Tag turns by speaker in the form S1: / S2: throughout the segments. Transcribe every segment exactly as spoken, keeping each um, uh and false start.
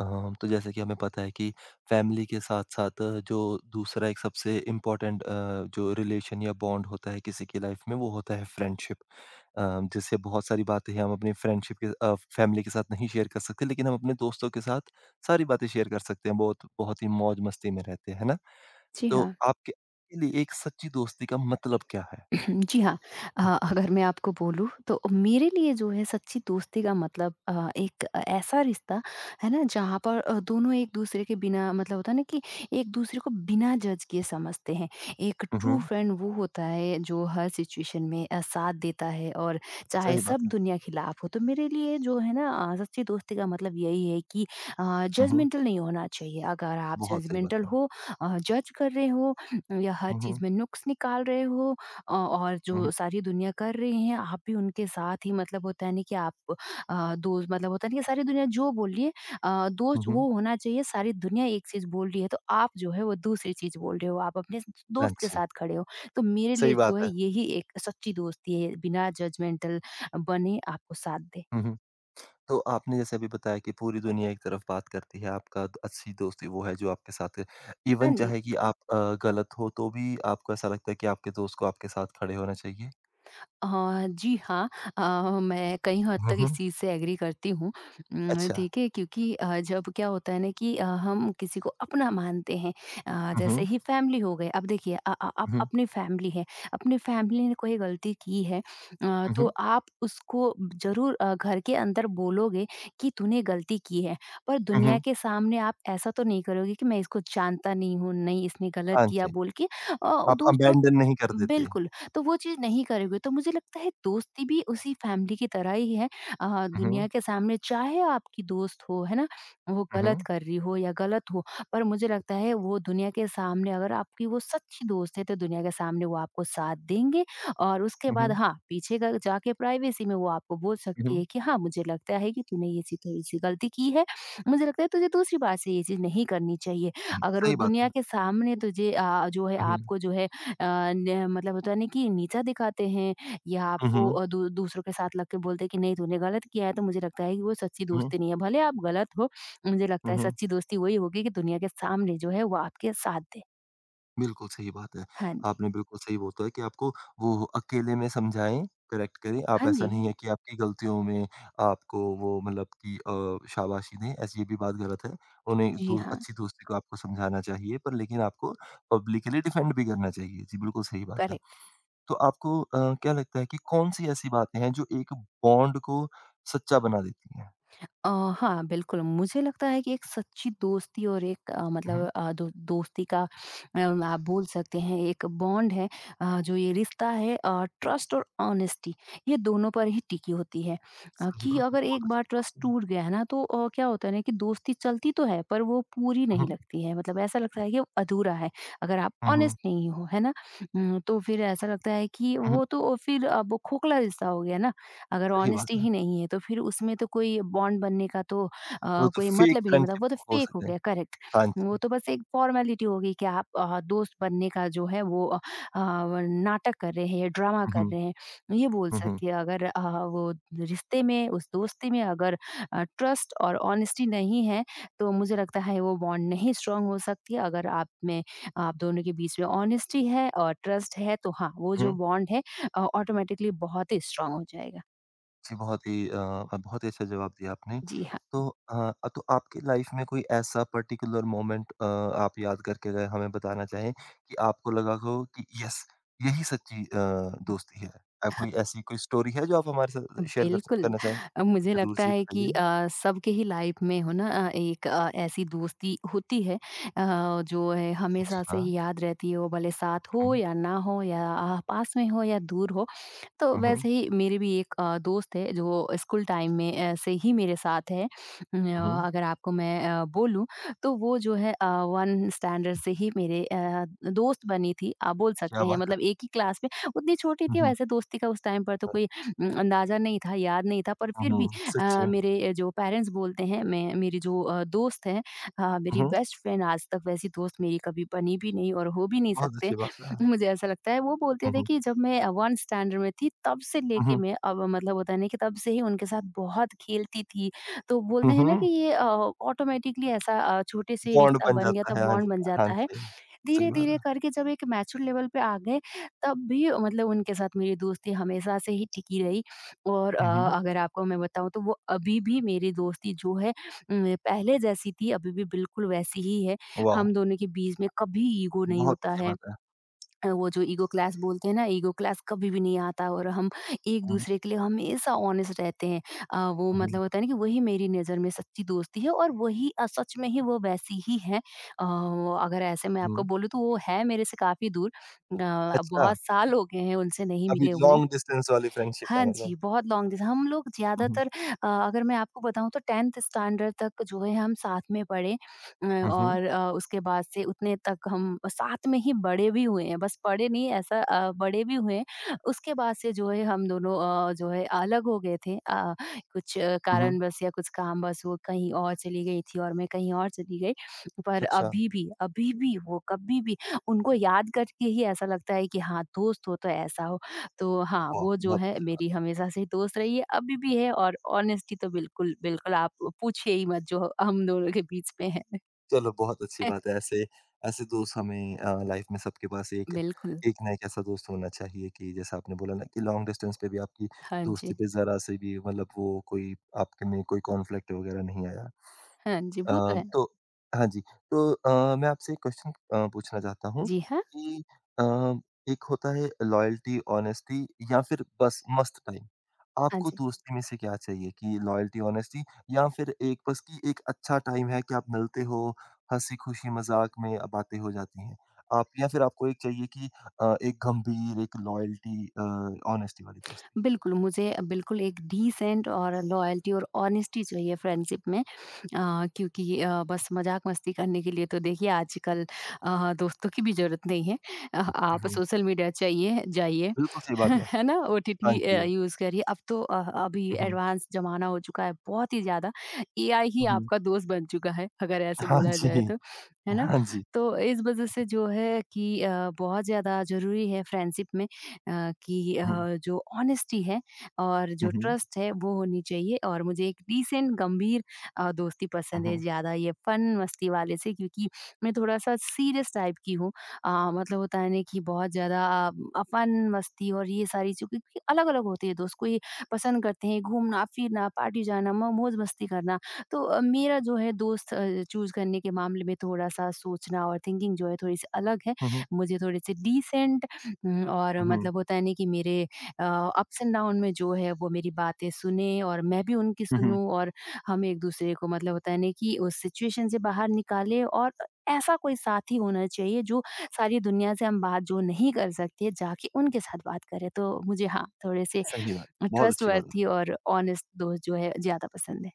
S1: अ, तो जैसे कि हमें पता है कि फैमिली के साथ-साथ जो दूसरा एक सबसे इम्पोर्टेंट अ, जो रिलेशन या बॉन्ड होता है किसी की लाइफ में वो होता है फ्रेंडशिप। अ, जिससे बहुत सारी बातें हैं हम अपनी फ्रेंडशिप के अ, फैमिली के साथ नहीं शेयर कर सकते लेकिन हम अपने दोस्तों के साथ सारी बातें शेयर कर सकते हैं। बहुत बहुत ही मौज-मस्ती में रहते हैं, है ना? तो
S2: Yeah.
S1: आपके आपके लिए एक सच्ची दोस्ती का मतलब क्या है?
S2: जी हाँ। अ, अगर मैं आपको बोलूँ तो मेरे लिए जो है सच्ची दोस्ती का मतलब अ, एक ऐसा रिश्ता है ना जहाँ पर अ, दोनों एक-दूसरे के बिना मतलब होता है ना कि एक-दूसरे को बिना जज किए समझते हैं। एक
S1: हुँ,
S2: ट्रू
S1: हुँ,
S2: फ्रेंड वो होता है जो हर सिचुएशन में अ, साथ देता है और चाहे
S1: सही बात
S2: सब
S1: है।
S2: दुनिया खिलाफ हो। तो मेरे लिए जो है ना अ, सच्ची दोस्ती का मतलब यही है कि अ,
S1: हुँ, हुँ,
S2: जजमेंटल नहीं होना चाहिए। अगर आप
S1: बहुत सही बात
S2: जजमेंटल
S1: है।
S2: हो, अ, जज कर रहे हो या हर
S1: हुँ,
S2: चीज़
S1: हुँ,
S2: में नुक्स निकाल रहे हो, अ, और
S1: हुँ, हुँ,
S2: जो सारी दुनिया कर रही है, आप भी उनके साथ ही मतलब होता है ना कि आप, अ, दोस्त मतलब होता है ना कि सारी दुनिया जो बोल रही है, अ,
S1: हुँ,
S2: दोस्त
S1: हुँ।
S2: वो होना चाहिए, सारी दुनिया एक चीज़ बोल रही है, तो आप जो है वो दूसरी चीज़ बोल रहे हो, आप अपने
S1: हाँ
S2: दोस्त के
S1: जी,
S2: साथ खड़े हो। तो मेरे
S1: सही
S2: लिए
S1: बात
S2: जो है
S1: है।
S2: यही एक सच्ची दोस्ती है, बिना जजमेंटल बने आपको साथ दे।
S1: हुँ, हुँ। तो आपने जैसे अभी बताया कि पूरी दुनिया एक तरफ बात करती है, आपका द अच्छी दोस्ती वो है जो आपके साथ है।
S2: हाँ
S1: इवन
S2: जी।
S1: चाहे कि आप अ, गलत हो तो भी आपको ऐसा लगता है कि आपके दोस्त को आपके साथ खड़े होना चाहिए?
S2: हाँ, जी हाँ। अ, मैं कई हद
S1: हुँ,
S2: तक इस
S1: हुँ।
S2: चीज़ से एग्री करती हूँ। उम,
S1: अच्छा।
S2: ठीक है, क्योंकि अ, जब क्या होता है ना कि अ, हम किसी को अपना मानते हैं, अ,
S1: हुँ,
S2: जैसे
S1: हुँ,
S2: ही फैमिली हो गए, अब देखिए अ अ, आप
S1: हुँ,
S2: अपनी फैमिली है, अपनी फैमिली ने कोई गलती की है, अ,
S1: हुँ,
S2: तो
S1: हुँ,
S2: आप उसको ज़रूर अ, घर के अंदर बोलोगे कि तूने गलती की है, पर
S1: हुँ,
S2: दुनिया
S1: हुँ।
S2: के सामने आप ऐसा तो नहीं करोगे कि मैं इसको जानता नहीं हूँ, नहीं इसने गलत
S1: हाँ
S2: किया
S1: जी,
S2: बोल के। अ,
S1: आप
S2: दूसरों
S1: अबैंडन नहीं कर देते।
S2: बिल्कुल, तो वो चीज़ नहीं करोगे तो मुझे लगता है दोस्ती भी उसी फैमिली की तरह ही है। अ,
S1: हुँ, हुँ,
S2: दुनिया के सामने चाहे आपकी दोस्त हो, है ना? वो
S1: हुँ,
S2: गलत
S1: हुँ,
S2: कर रही हो या गलत हो, पर मुझे लगता है वो दुनिया के सामने अगर आपकी वो सच्ची दोस्त है तो दुनिया के सामने वो आपको साथ देंगे और उसके
S1: हुँ,
S2: बाद
S1: हुँ,
S2: हाँ, पीछे ग जाके प्राइवेसी में वो आपको बोल
S1: हुँ,
S2: सकती है कि हाँ, मुझे लगता है कि तूने ये चीज़ थोड़ी-सी गलती की है। मुझे लगता है तुझे दूसरी बार से ये चीज़ नहीं करनी चाहिए।
S1: हुँ,
S2: अगर वो
S1: सही बात
S2: दुनिया
S1: है।
S2: के सामने तुझे, अ, जो है
S1: हुँ,
S2: आपको जो है, अ, न मतलब होता है ना कि नीचा दिखाते हैं या
S1: हुँ, हुँ,
S2: आपको,
S1: हुँ,
S2: अ, दू दूसरों के साथ लग के बोलते हैं कि नहीं तूने गलत किया है तो मुझे लगता है कि वो सच्ची
S1: हुँ,
S2: दोस्ती नहीं है। भले आप गलत हो, मुझे लगता है
S1: हुँ।
S2: सच्ची दोस्ती वही होगी कि दुनिया के सामने जो है वो आपके साथ दे।
S1: बिल्कुल सही बात है।
S2: हाँ जी।
S1: आपने बिल्कुल सही बोलता है कि आपको वो अकेले में समझाएँ, करेक्ट करें। आप
S2: हाँ
S1: ऐसा
S2: जी।
S1: नहीं है कि आपकी गलतियों में आपको वो मतलब कि अ, शाबाशी दें, ऐसी ये भी बात गलत है। उन्हें
S2: जी
S1: दो
S2: हाँ।
S1: अच्छी दोस्ती को आपको समझाना चाहिए पर लेकिन आपको पब्लिकली डिफेंड भी करना चाहिए। जी, बिल्कुल सही बात है।
S2: करेक्ट।
S1: तो आपको अ, क्या लगता है कि कौन-सी ऐसी बातें हैं जो एक बॉन्ड को सच्चा बना देती हैं?
S2: अ, हाँ, बिल्कुल, मुझे लगता है कि एक सच्ची दोस्ती और एक, अ,
S1: हुँ, हुँ।
S2: मतलब अ, दो दोस्ती का, अ, आप बोल सकते हैं एक बॉन्ड है। अ, जो ये रिश्ता है, अ, ट्रस्ट और ऑनेस्टी ये दोनों पर ही टिकी होती है, अ,
S1: सही
S2: कि
S1: बात है,
S2: अगर
S1: बहुत
S2: एक बार
S1: अच्छा
S2: ट्रस्ट
S1: हुँ,
S2: टूट गया है ना तो, अ, क्या होता है ना कि दोस्ती चलती तो है पर वो पूरी नहीं
S1: हुँ।
S2: लगती है मतलब ऐसा लगता है कि वो अधूरा है अगर आप
S1: हुँ, हुँ।
S2: ऑनेस्ट नहीं हो, है ना? उम, तो फिर ऐसा लगता है कि
S1: हुँ, हुँ।
S2: वो तो फिर अब वो खोखला रिश्ता हो गया ना। अगर
S1: सही बात
S2: ऑनेस्टी
S1: है।
S2: ही नहीं है तो फिर उसमें तो कोई बॉन्ड बनने का तो, अ,
S1: वो तो
S2: कोई
S1: फेक
S2: मतलब ही नहीं,
S1: फ्रेंडशिप
S2: मतलब वो तो
S1: हो
S2: फेक हो
S1: सके।
S2: गया। करेक्ट।
S1: हाँ
S2: वो
S1: जी।
S2: तो बस एक फॉर्मेलिटी हो गई कि आप, अ, दोस्त बनने का जो है वो, अ, वो नाटक कर रहे हैं या ड्रामा
S1: हुँ, हुँ,
S2: कर रहे हैं, ये बोल
S1: हुँ, हुँ,
S2: सकती है। अगर, अ, वो रिश्ते में, उस दोस्ती में अगर ट्रस्ट और ऑनेस्टी नहीं है तो मुझे लगता है वो बॉन्ड नहीं स्ट्रांग हो सकती है। अगर आप में, आप दोनों के बीच में ऑनेस्टी है और ट्रस्ट है तो हाँ, वो जो
S1: हुँ।
S2: बॉन्ड है ऑटोमेटिकली बहुत ही स्ट्रांग हो जाएगा।
S1: जी, बहुत ही अ, बहुत ही अच्छा जवाब दिया आपने।
S2: जी हाँ,
S1: तो अ, तो आपकी लाइफ़ में कोई ऐसा पर्टिकुलर मोमेंट अ, आप याद करके गए हमें बताना चाहें कि आपको लगा हो कि यस, यही सच्ची अ, दोस्ती है। अ, कोई ऐसी कोई स्टोरी है जो आप हमारे साथ शेयर कर स
S2: बिल्कुल।
S1: करना चाहें?
S2: अ, मुझे
S1: ज़रूर
S2: लगता
S1: जी,
S2: है कि
S1: बताइए।
S2: अ, सबके ही लाइफ में हो ना, अ, एक, अ, ऐसी दोस्ती होती है, अ, जो है
S1: जी
S2: हमेशा से
S1: हाँ।
S2: ही याद रहती है, वो भले साथ हो
S1: हुँ,
S2: या ना हो या, अ, पास में हो या दूर हो। तो
S1: हुँ, हुँ,
S2: वैसे ही मेरे भी एक, अ, दोस्त है जो स्कूल टाइम में, अ, से ही मेरे साथ है। उम,
S1: हुँ,
S2: अ, अगर आपको मैं, अ, बोलूँ तो वो जो है, अ, एक स्टैंडर्ड से ही मेरे, अ, दोस्त बनी थी। आप बोल
S1: क्या
S2: सकते हैं
S1: बात है।
S2: मतलब एक ही क्लास में उतनी छोटी
S1: हुँ,
S2: थी
S1: हुँ,
S2: वैसे दोस्ती का उस टाइम पर तो कोई, उम, अंदाज़ा नहीं था, याद नहीं था पर
S1: हुँ,
S2: फिर
S1: हुँ,
S2: भी,
S1: सच
S2: अ,
S1: में।
S2: मेरे जो पेरेंट्स बोलते हैं मैं मेरी जो, अ, दोस्त है, अ,
S1: हुँ,
S2: मेरी
S1: हुँ,
S2: बेस्ट फ्रेंड आज तक वैसी दोस्त मेरी कभी बनी भी नहीं और हो भी नहीं
S1: बहुत
S2: सकते।
S1: अच्छी बात है।
S2: मुझे ऐसा लगता है, वो बोलते
S1: हुँ,
S2: थे
S1: हुँ,
S2: कि जब मैं, अ, एक स्टैंडर्ड में थी तब से
S1: हुँ,
S2: लेके
S1: हुँ,
S2: मैं अब मतलब होता है ना कि तब से ही उनके साथ बहुत खेलती थी। तो
S1: हुँ,
S2: बोलते हैं ना
S1: हुँ।
S2: कि ये, अ, ऑटोमैटिकली ऐसा, अ, छोटे से ही
S1: बॉन्ड
S2: रिश्ता
S1: बन
S2: बन गया था,
S1: जाता है, हाँ जी।
S2: बॉन्ड बन
S1: हाँ
S2: जाता है।
S1: जी, सही बात
S2: धीरे-धीरे
S1: है।
S2: करके जब एक मैच्योर लेवल पे आ गए तब भी, अ, मतलब उनके साथ मेरी दोस्ती हमेशा से ही टिकी रही और, अ,
S1: हुँ, हुँ।
S2: अगर आपको मैं बताऊँ तो वो अभी भी मेरी दोस्ती जो है, उम, पहले जैसी थी अभी भी बिल्कुल वैसी ही है।
S1: वाओ!
S2: हम दोनों के बीच में कभी ईगो नहीं
S1: बहुत
S2: होता
S1: अच्छी
S2: है।
S1: बात है।
S2: अ, वो जो ईगो क्लास बोलते हैं ना, ईगो क्लास कभी भी नहीं आता और हम
S1: हुँ,
S2: एक-दूसरे के लिए हमेशा ऑनेस्ट रहते हैं। अ, वो
S1: हुँ,
S2: मतलब होता है ना कि वही मेरी नज़र में सच्ची दोस्ती है और वही, अ, सच में ही वो वैसी ही है। अ, वो अगर ऐसे मैं आपको
S1: हुँ।
S2: बोलूँ तो वो है मेरे से काफ़ी दूर। अ,
S1: अच्छा,
S2: बहुत साल हो गए हैं उनसे नहीं
S1: अभी
S2: मिले हुए।
S1: लॉन्ग डिस्टेंस वाली फ्रेंडशिप
S2: हाँ
S1: है
S2: जी,
S1: मतलब?
S2: बहुत लॉन्ग डिस हम लोग
S1: हुँ, हुँ।
S2: ज़्यादातर, अ, अगर मैं आपको बताऊँ तो टेंथ स्टैंडर्ड तक जो है हम साथ में पढ़े, अ,
S1: हुँ, हुँ।
S2: और अ, उसके बाद से उतने तक हम साथ में ही बड़े भी हुए हैं, बस पढ़े नहीं, ऐसा, अ, बड़े भी हुए हैं। उसके बाद से जो है हम दोनों, अ, जो है अलग हो गए थे, अ, कुछ
S1: हुँ, हुँ।
S2: कारणवश या कुछ कामवश वो कहीं और चली गई थी और मैं कहीं और चली गई। पर
S1: अच्छा,
S2: अभी भी, अभी भी वो कभी भी उनको याद करके ही ऐसा लगता है कि हाँ, दोस्त हो तो ऐसा हो। तो हाँ,
S1: वाह!
S2: वो जो
S1: बहुत
S2: है
S1: अच्छी बात
S2: मेरी हमेशा से दोस्त रही है, अभी भी है और ऑनेस्टी तो बिल्कुल, बिल्कुल आप पूछिए ही मत जो हम दोनों के बीच में है।
S1: चलो बहुत अच्छी बात है, ऐसे ऐसे दोस्त हमें अ, लाइफ में सबके पास एक
S2: बिल्कुल,
S1: एक ना एक ऐसा दोस्त होना चाहिए कि जैसा आपने बोला ना कि लॉन्ग डिस्टेंस पे भी आपकी
S2: हाँ
S1: दोस्ती
S2: जी,
S1: पे ज़रा-सी भी मतलब वो कोई आपके में कोई कॉन्फ्लिक्ट वगैरह नहीं आया।
S2: हाँ जी,
S1: अ,
S2: वो तो है।
S1: तो हाँ जी, तो अ, मैं आपसे एक क्वेश्चन अ, पूछना चाहता हूँ
S2: जी हाँ,
S1: कि अ, एक होता है लॉयल्टी, ऑनेस्टी या फिर बस मस्त टाइम।
S2: हाँ
S1: आपको
S2: जी।
S1: दोस्ती में से क्या चाहिए कि लॉयल्टी, ऑनेस्टी या फिर एक बस कि एक अच्छा टाइम है कि आप मिलते हो, हँसी-खुशी, मज़ाक में अ, बातें हो जाती हैं। आप या फिर आपको एक चाहिए कि अ, एक गंभीर, एक लॉयल्टी अ, ऑनेस्टी वाली दोस्ती?
S2: बिल्कुल, मुझे बिल्कुल एक डिसेंट और लॉयल्टी और ऑनेस्टी चाहिए फ्रेंडशिप में, अ, क्योंकि अ, बस मज़ाक-मस्ती करने के लिए तो देखिए आजकल, अ, दोस्तों की भी ज़रूरत नहीं है। अ,
S1: हुँ,
S2: आप
S1: हुँ।
S2: सोशल मीडिया चाहिए जाइए।
S1: बिल्कुल सही बात है।
S2: है ना?
S1: हाँ
S2: ओटीटी अ,
S1: जी।
S2: यूज़ करिए। अब तो, अ, अभी
S1: हुँ, हुँ।
S2: एडवांस ज़माना हो चुका है बहुत ही ज़्यादा। एआई ही
S1: हुँ, हुँ।
S2: आपका दोस्त बन चुका है अगर ऐसे
S1: हाँ
S2: बोला जाए
S1: जी।
S2: तो, है ना?
S1: हाँ जी।
S2: तो इस वज़ह से जो है कि, अ, बहुत ज़्यादा ज़रूरी है फ्रेंडशिप में, अ, कि, अ,
S1: हुँ।
S2: जो ऑनेस्टी है और
S1: हुँ,
S2: जो
S1: हुँ।
S2: ट्रस्ट है वो होनी चाहिए और मुझे एक डिसेंट गंभीर, अ, दोस्ती
S1: हुँ,
S2: पसंद है
S1: हुँ।
S2: ज़्यादा ये फन मस्ती वाले से। क्योंकि मैं थोड़ा-सा सीरियस टाइप की हूँ, अ, मतलब होता है ना कि बहुत ज़्यादा, अ, अपन मस्ती और ये सारी चीज़ें क्योंकि अलग-अलग होती है दोस्त। कोई पसंद करते हैं घूमना-फिरना, पार्टी जाना, म मौज मस्ती करना। तो, अ, मेरा जो है दोस्त, अ, चूज़ करने के मामले में थोड़ा-सा सोचना और थिंकिंग जो है थोड़ी-सी अलग है।
S1: हुँ, हुँ।
S2: मुझे थोड़े-से डिसेंट, उम, और
S1: हुँ, हुँ।
S2: मतलब होता है ना कि मेरे, अ, अप्स एंड डाउन में जो है वो मेरी बातें सुने और मैं भी उनकी
S1: हुँ, हुँ।
S2: सुनूँ और हम एक-दूसरे को मतलब होता है ना कि उस सिचुएशन से बाहर निकालें और ऐसा कोई साथी होना चाहिए जो सारी दुनिया से हम बात जो नहीं कर सकते जाके उनके साथ बात करें। तो मुझे हाँ, थोड़े से
S1: सही बात। बहुत अच्छी बात है।
S2: ट्रस्टवर्थी और ऑनेस्ट दोस्त जो है ज़्यादा पसंद है।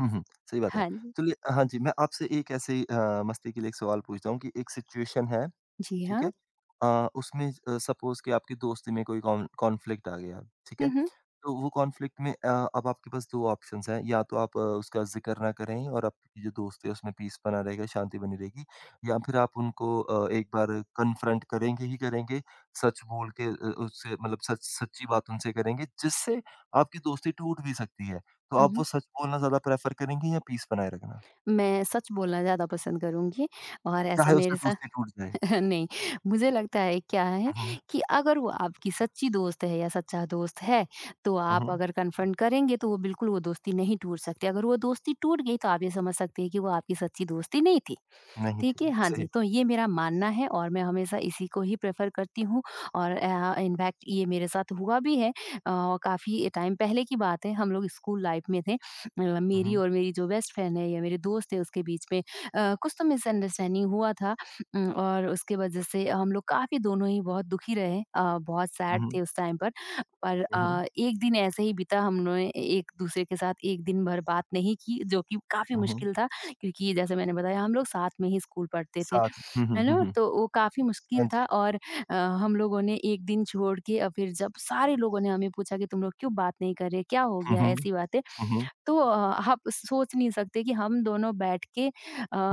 S1: हुँ, हुँ। सही बात है।
S2: हाँ जी।
S1: चलिए अ, हाँ जी, मैं आपसे एक ऐसे ही अ, मस्ती के लिए एक सवाल पूछता हूँ कि एक सिचुएशन है,
S2: जी
S1: ठीक है?
S2: हाँ।
S1: अ, उसमें अ, सपोज़ कि आपकी दोस्ती में कोई कॉन कॉन्फ्लिक्ट आ गया, ठीक है?
S2: हुँ, हुँ।
S1: तो वो कॉन्फ्लिक्ट में अ, अब आपके पास दो ऑप्शंस हैं, या तो आप अ, उसका ज़िक्र ना करें और आपकी जो दोस्ती है उसमें पीस बना रहेगा, शांति बनी रहेगी या फिर आप उनको अ, एक बार कन्फ्रंट करेंगे ही करेंगे, सच बोल के अ, उससे मतलब सच सच्ची बात उनसे करेंगे, जिससे आपकी दोस्ती टूट भी सकती है। तो
S2: हुँ,
S1: आप वो
S2: हुँ।
S1: सच बोलना ज़्यादा प्रेफ़र करेंगे या पीस बनाए रखना?
S2: मैं सच बोलना ज़्यादा पसंद करूँगी और ऐसा
S1: चाहे उससे
S2: मेरे साथ
S1: दोस्ती टूट जाए?
S2: नहीं, मुझे लगता है क्या है
S1: हुँ, हुँ।
S2: कि अगर वो आपकी सच्ची दोस्त है या सच्चा दोस्त है, तो
S1: हुँ,
S2: आप
S1: हुँ।
S2: अगर कन्फ्रंट करेंगे तो वो बिल्कुल वो दोस्ती नहीं टूट सकती। अगर वो दोस्ती टूट गई तो आप ये समझ सकते हैं कि वो आपकी सच्ची दोस्ती नहीं थी।
S1: नहीं
S2: ठीक है?
S1: थी,
S2: हाँ
S1: सही
S2: जी,
S1: बात।
S2: तो ये मेरा मानना है और मैं हमेशा इसी को ही प्रेफ़र करती हूँ और अ, इनफैक्ट ये मेरे साथ हुआ भी है। अ, काफ़ी टाइम पहले की बात है, हम लोग स्कूल लाइफ़ में थे। अ,
S1: हुँ,
S2: मेरी
S1: हुँ।
S2: और मेरी जो बेस्ट फ्रेंड है या मेरे दोस्त है उसके बीच में अ, कुछ तो मिसअंडरस्टैंडिंग हुआ था, उम, और उसके वजह से हम लोग काफ़ी दोनों ही बहुत दुखी रहे। अ, बहुत
S1: हुँ,
S2: सैड
S1: हुँ।
S2: थे उस टाइम पर, पर
S1: हुँ, हुँ।
S2: अ, एक दिन ऐसे ही बीता, हमने एक दूसरे के साथ एक दिन भर बात नहीं की जो कि काफ़ी
S1: हुँ, हुँ।
S2: मुश्किल था। क्योंकि जैसे मैंने बताया, हम लोग साथ में ही स्कूल पढ़ते थे,
S1: साथ हुँ, हुँ,
S2: है
S1: हुँ,
S2: ना?
S1: हुँ।
S2: तो वो काफ़ी
S1: हाँ
S2: मुश्किल
S1: जी।
S2: था और अ, हम लोगों ने एक दिन छोड़ के और फिर जब सारे लोगों ने हमें पूछा कि तुम लोग क्यों बात नहीं कर रहे? क्या हो
S1: हुँ,
S2: गया?
S1: हुँ।
S2: ऐसी बातें।
S1: हुँ, हुँ।
S2: तो अ, आप सोच नहीं सकते कि हम दोनों बैठ के अ,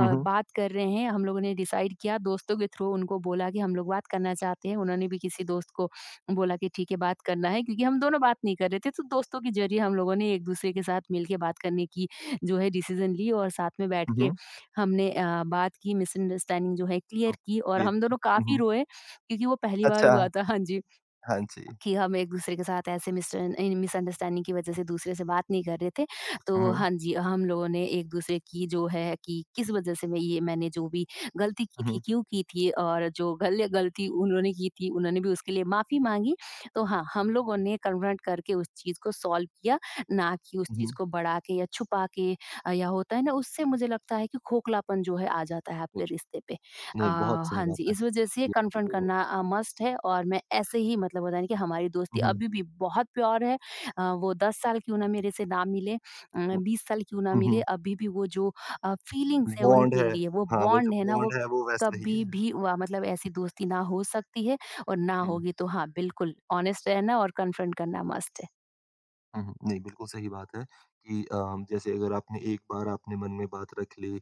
S1: हुँ, हुँ।
S2: कर रहे हैं। हम लोगों ने डिसाइड किया, दोस्तों के थ्रू उनको बोला कि हम लोग बात करना चाहते हैं। उन्होंने भी किसी दोस्त को बोला कि ठीक है बात करना है क्योंकि हम दोनों बात नहीं कर रहे थे। तो दोस्तों के ज़रिए हम लोगों ने एक दूसरे के साथ मिल के बात करने की जो है डिसीज़न ली और साथ में बैठ
S1: हुँ,
S2: के
S1: हुँ।
S2: हमने अ, बात की, मिसअंडरस्टैंडिंग जो है
S1: ओह!
S2: क्लियर की और हम
S1: लेती
S2: दोनों
S1: हुँ,
S2: काफ़ी
S1: हुँ।
S2: रोए क्योंकि वो पहली बार
S1: अच्छा,
S2: हुआ था। हाँ जी।
S1: हाँ जी।
S2: कि हम एक-दूसरे के साथ ऐसे मिस इन मिसअंडरस्टैंडिंग की वज़ह से दूसरे से बात नहीं कर रहे थे।
S1: हुँ,
S2: तो
S1: हुँ।
S2: हाँ जी, हम लोगों ने एक-दूसरे की जो है कि किस वज़ह से मैं ये मैंने जो भी गलती की
S1: हुँ,
S2: थी,
S1: हुँ।
S2: क्यों की थी और जो गल गलती उन्होंने की थी, उन्होंने भी उसके लिए माफ़ी माँगी। तो हाँ, हम लोगों ने कन्फ्रंट करके उस चीज़ को सॉल्व किया, ना कि उस
S1: हुँ,
S2: चीज़
S1: हुँ।
S2: को बढ़ा के या छुपा के। अ, या होता है ना, उससे मुझे लगता है कि खोखलापन जो है आ जाता है आपके रिश्ते पे। अ,
S1: नहीं, बहुत सही
S2: हाँ
S1: बात
S2: जी,
S1: है।
S2: इस वजह से
S1: ये
S2: कन्फ्रंट
S1: तो
S2: करना अ, मस्ट है और मैं ऐसे ही मतलब होता है ना कि हमारी
S1: हुँ,
S2: दोस्ती
S1: हुँ।
S2: अभी भी बहुत प्योर है। अ, वो दस साल क्यों ना मेरे से ना मिले, अ, बीस साल क्यों ना
S1: हुँ,
S2: मिले,
S1: हुँ।
S2: अभी भी वो जो अ, फीलिंग्स है
S1: बॉन्ड
S2: उनके
S1: है।
S2: लिए, वो
S1: हाँ, वो जो
S2: बॉन्ड है ना,
S1: बॉन्ड
S2: वो
S1: है वो वैसा ही
S2: कभी
S1: है।
S2: भी वा मतलब, ऐसी दोस्ती ना हो सकती है और ना
S1: हुँ,
S2: होगी। तो हाँ, बिल्कुल ऑनेस्ट रहना और कन्फ्रंट करना मस्ट है।
S1: हुँ, हुँ। नहीं, बिल्कुल सही बात है कि अ, जैसे अगर आपने एक बार आपने मन में बात रख ली अ,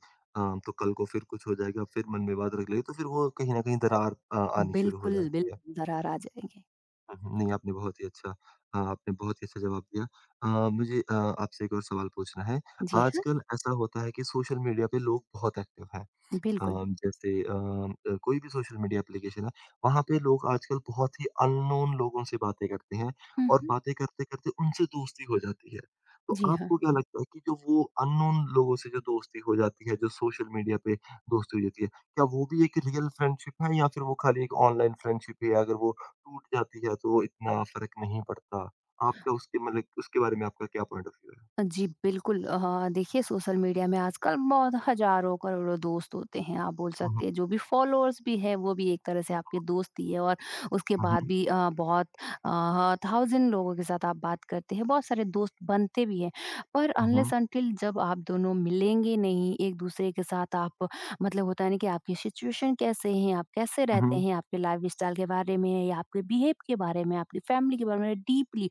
S1: तो कल को फिर कुछ हो जाएगा, फिर मन में बात रख ली, तो फिर वो कहीं न कहीं दरार अ, आनी शुरू हो
S2: बिल्कुल,
S1: जाती है।
S2: बिल्कुल, दरार आ जाएँगे।
S1: हुँ, हुँ। नहीं, आपने बहुत ही अच्छा अ, आपने बहुत ही अच्छा जवाब दिया। अ, मुझे अ, आपसे एक और सवाल पूछना है।
S2: जी हाँ,
S1: आजकल ऐसा होता है कि सोशल मीडिया पे लोग बहुत एक्टिव हैं।
S2: बिल्कुल।
S1: अम, जैसे अम, अ, कोई भी सोशल मीडिया एप्लीकेशन है, वहाँ पे लोग आजकल बहुत ही अननोन लोगों से बातें करते हैं
S2: हुँ,
S1: और
S2: हुँ।
S1: बातें करते-करते उनसे दोस्ती हो जाती है। तो
S2: जी हाँ।
S1: आपको क्या लगता है कि जो वो अननोन लोगों से जो दोस्ती हो जाती है, जो सोशल मीडिया पे दोस्ती हो जाती है, क्या वो भी एक रियल फ्रेंडशिप है या फिर वो खाली एक ऑनलाइन फ्रेंडशिप है? अगर वो टूट जाती है तो इतना फ़र्क नहीं पड़ता। आपका उसके मतलब उसके बारे में आपका क्या पॉइंट ऑफ व्यू है?
S2: जी, बिल्कुल, अ, देखिए, सोशल मीडिया में आजकल बहुत हज़ारों करोड़ों दोस्त होते हैं। आप बोल
S1: हुँ, हुँ।
S2: सकते हैं जो भी फ़ॉलोअर्स भी है वो भी एक तरह से आपके दोस्त ही है और उसके
S1: हुँ,
S2: बाद
S1: हुँ।
S2: भी अ, बहुत अ, थाउज़ेंड लोगों के साथ आप बात करते हैं, बहुत सारे दोस्त बनते भी हैं। पर अनलेस अंटिल जब आप दोनों मिलेंगे नहीं एक-दूसरे के साथ, आप मतलब होता है ना कि आपकी सिचुएशन कैसे है, आप कैसे
S1: हुँ,
S2: रहते
S1: हुँ।
S2: हैं, आपके लाइफ़स्टाइल के बारे में या आपके बिहेव के बारे में, आपकी फैमिली के बारे में डीपली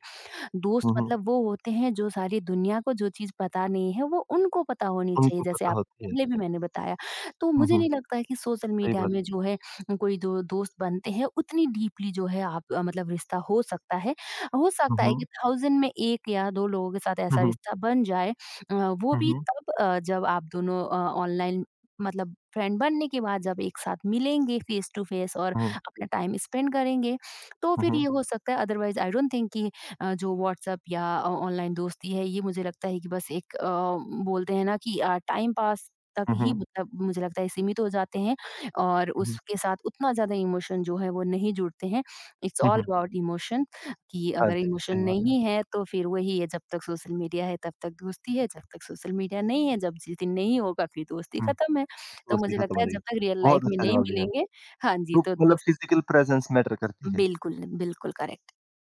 S2: दोस्त
S1: हुँ, हुँ।
S2: मतलब वो होते हैं जो सारी दुनिया को जो चीज़ पता नहीं है वो उनको पता होनी चाहिए,
S1: उनको
S2: जैसे
S1: पता
S2: आप
S1: होती है।
S2: पहले भी मैंने बताया। तो
S1: हुँ,
S2: मुझे
S1: हुँ।
S2: नहीं लगता है कि सोशल
S1: सही
S2: मीडिया
S1: बात है।
S2: में जो है कोई दो दोस्त बनते हैं उतनी डीपली जो है आप अ, मतलब रिश्ता हो सकता है। हो
S1: हुँ,
S2: सकता है कि
S1: हुँ।
S2: थाउज़ेंड में एक या दो लोगों के साथ
S1: हुँ,
S2: ऐसा
S1: हुँ।
S2: रिश्ता बन जाए, अ, वो
S1: हुँ,
S2: भी
S1: हुँ।
S2: तब अ, जब आप दोनों अ, ऑनलाइन मतलब फ्रेंड बनने के बाद जब एक साथ मिलेंगे फेस टू फेस और
S1: हुँ,
S2: अपना टाइम स्पेंड करेंगे, तो
S1: हुँ,
S2: फिर
S1: हुँ।
S2: ये हो सकता है। अदरवाइज़ आई डोंट थिंक कि अ, जो व्हाट्सएप या अ, ऑनलाइन दोस्ती है, ये मुझे लगता है कि बस एक अ, बोलते हैं ना कि अ, टाइम पास तक
S1: हुँ,
S2: ही
S1: हुँ।
S2: मतलब मुझे लगता है सीमित हो जाते हैं और
S1: हुँ, हुँ।
S2: उसके साथ उतना ज़्यादा इमोशन जो है वो नहीं जुड़ते हैं। It's
S1: hmm,
S2: all
S1: hmm.
S2: About emotion कि
S1: हाँ
S2: अगर
S1: जी,
S2: इमोशन
S1: सही बात है।
S2: नहीं है तो फिर वही है, जब तक सोशल मीडिया है तब तक दोस्ती है, जब तक सोशल मीडिया नहीं है, जब जिस दिन नहीं होगा फिर दोस्ती
S1: हुँ,
S2: खत्म है। तो
S1: दोस्ती
S2: मुझे
S1: खत्म
S2: लगता
S1: हो
S2: है
S1: जाएगी।
S2: जब तक रियल लाइफ
S1: बहुत
S2: में
S1: अच्छा
S2: नहीं
S1: जवाब दिया है।
S2: मिलेंगे, हाँ जी,
S1: तो
S2: तो
S1: मतलब
S2: दोस्त
S1: फ़िज़िकल प्रेज़ेंस मैटर करती है।
S2: बिल्कुल, बिल्कुल करेक्ट।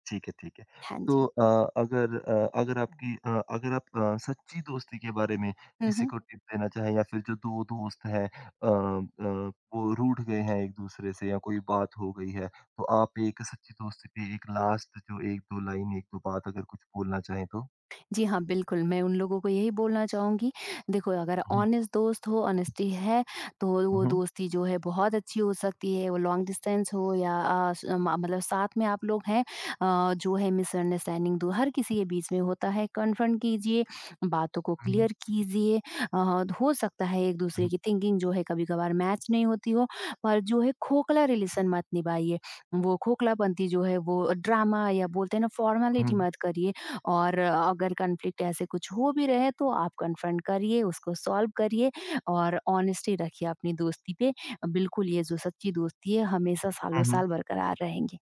S1: ठीक है, ठीक है।
S2: हाँ
S1: तो
S2: जी।
S1: अ, अगर अ, अगर आपकी अ, अगर आप अ, सच्ची दोस्ती के बारे में
S2: हुँ,
S1: किसी
S2: हुँ।
S1: को टिप देना चाहें या फिर जो दो दोस्त हैं अ अ, वो रूठ गए हैं एक-दूसरे से या कोई बात हो गई है, तो आप एक सच्ची दोस्ती पे एक लास्ट जो एक दो लाइन, एक दो बात अगर कुछ बोलना चाहें तो?
S2: जी हाँ, बिल्कुल, मैं उन लोगों को यही बोलना चाहूँगी, देखो अगर
S1: हुँ,
S2: ऑनेस्ट दोस्त हो, ऑनेस्टी है, तो वो
S1: हुँ।
S2: दोस्ती जो है बहुत अच्छी हो सकती है, वो लॉन्ग डिस्टेंस हो या अ, स म मतलब साथ में आप लोग हैं। अ, जो है मिसअंडरस्टैंडिंग दो हर किसी के बीच में होता है, कन्फ्रंट कीजिए, बातों को
S1: हुँ,
S2: क्लियर कीजिए। अ, हो सकता है एक-दूसरे
S1: हुँ,
S2: की थिंकिंग जो है कभी-कभार मैच नहीं होती हो, पर जो है खोखला रिलेशन मत निभाइए, वो खोखलापंती जो है वो ड्रामा या बोलते हैं ना
S1: हुँ,
S2: फॉर्मेलिटी मत करिए, और अगर कॉन्फ्लिक्ट ऐसे कुछ हो भी रहे तो आप कन्फ्रंट करिए, उसको सॉल्व करिए और ऑनेस्टी रखिए अपनी दोस्ती पे। बिल्कुल ये जो सच्ची दोस्ती है हमेशा
S1: हुँ, हुँ।
S2: सालों-साल बरकरार रहेंगी।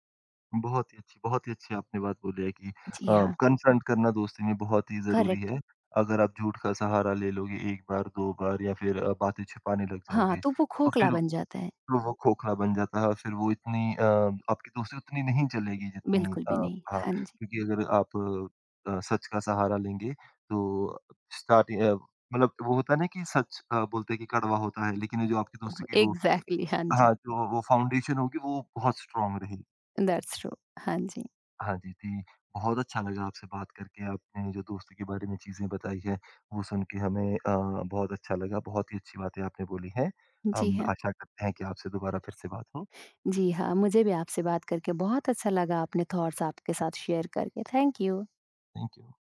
S1: बहुत ही अच्छी बहुत ही अच्छी आपने बात बोली है कि अ,
S2: जी हाँ,
S1: कन्फ्रंट करना दोस्ती में बहुत ही ज़रूरी
S2: करेक्ट।
S1: है। अगर आप झूठ का सहारा ले लोगे एक बार, दो बार या फिर अ, बातें छुपाने लग
S2: हाँ,
S1: जाओगे,
S2: तो वो
S1: तो फिर
S2: खोखला बन जाता है।
S1: तो वो खोखला बन जाता है और फिर वो इतनी अ, आपकी दोस्ती उतनी नहीं चलेगी जितनी
S2: बिल्कुल
S1: अ,
S2: भी नहीं।
S1: हाँ,
S2: हाँ जी।
S1: क्योंकि अगर आप अ, सच का सहारा लेंगे तो स्टार्टिंग अ, मतलब वो होता है ना कि सच अ, बोलते हैं कि कड़वा होता है, लेकिन ये जो आपकी दोस्ती की वो
S2: एग्ज़ैक्टली हाँ जी।
S1: हाँ, जो वो फाउंडेशन होगी वो बहुत स्ट्रॉन्ग रहेगी।
S2: That's true. हाँ जी।
S1: हाँ जी, जी, बहुत अच्छा लगा आपसे बात करके, आपने जो दोस्ती के बारे में चीज़ें बताई हैं, वो सुन के हमें अ, बहुत अच्छा लगा, बहुत ही अच्छी बातें आपने बोली हैं।
S2: जी
S1: हम
S2: हाँ।
S1: आशा करते हैं कि आपसे दोबारा फिर से बात हो।
S2: जी हाँ, मुझे भी आपसे बात करके बहुत अच्छा लगा अपने थॉट्स आपके साथ शेयर करके। Thank you.
S1: Thank you.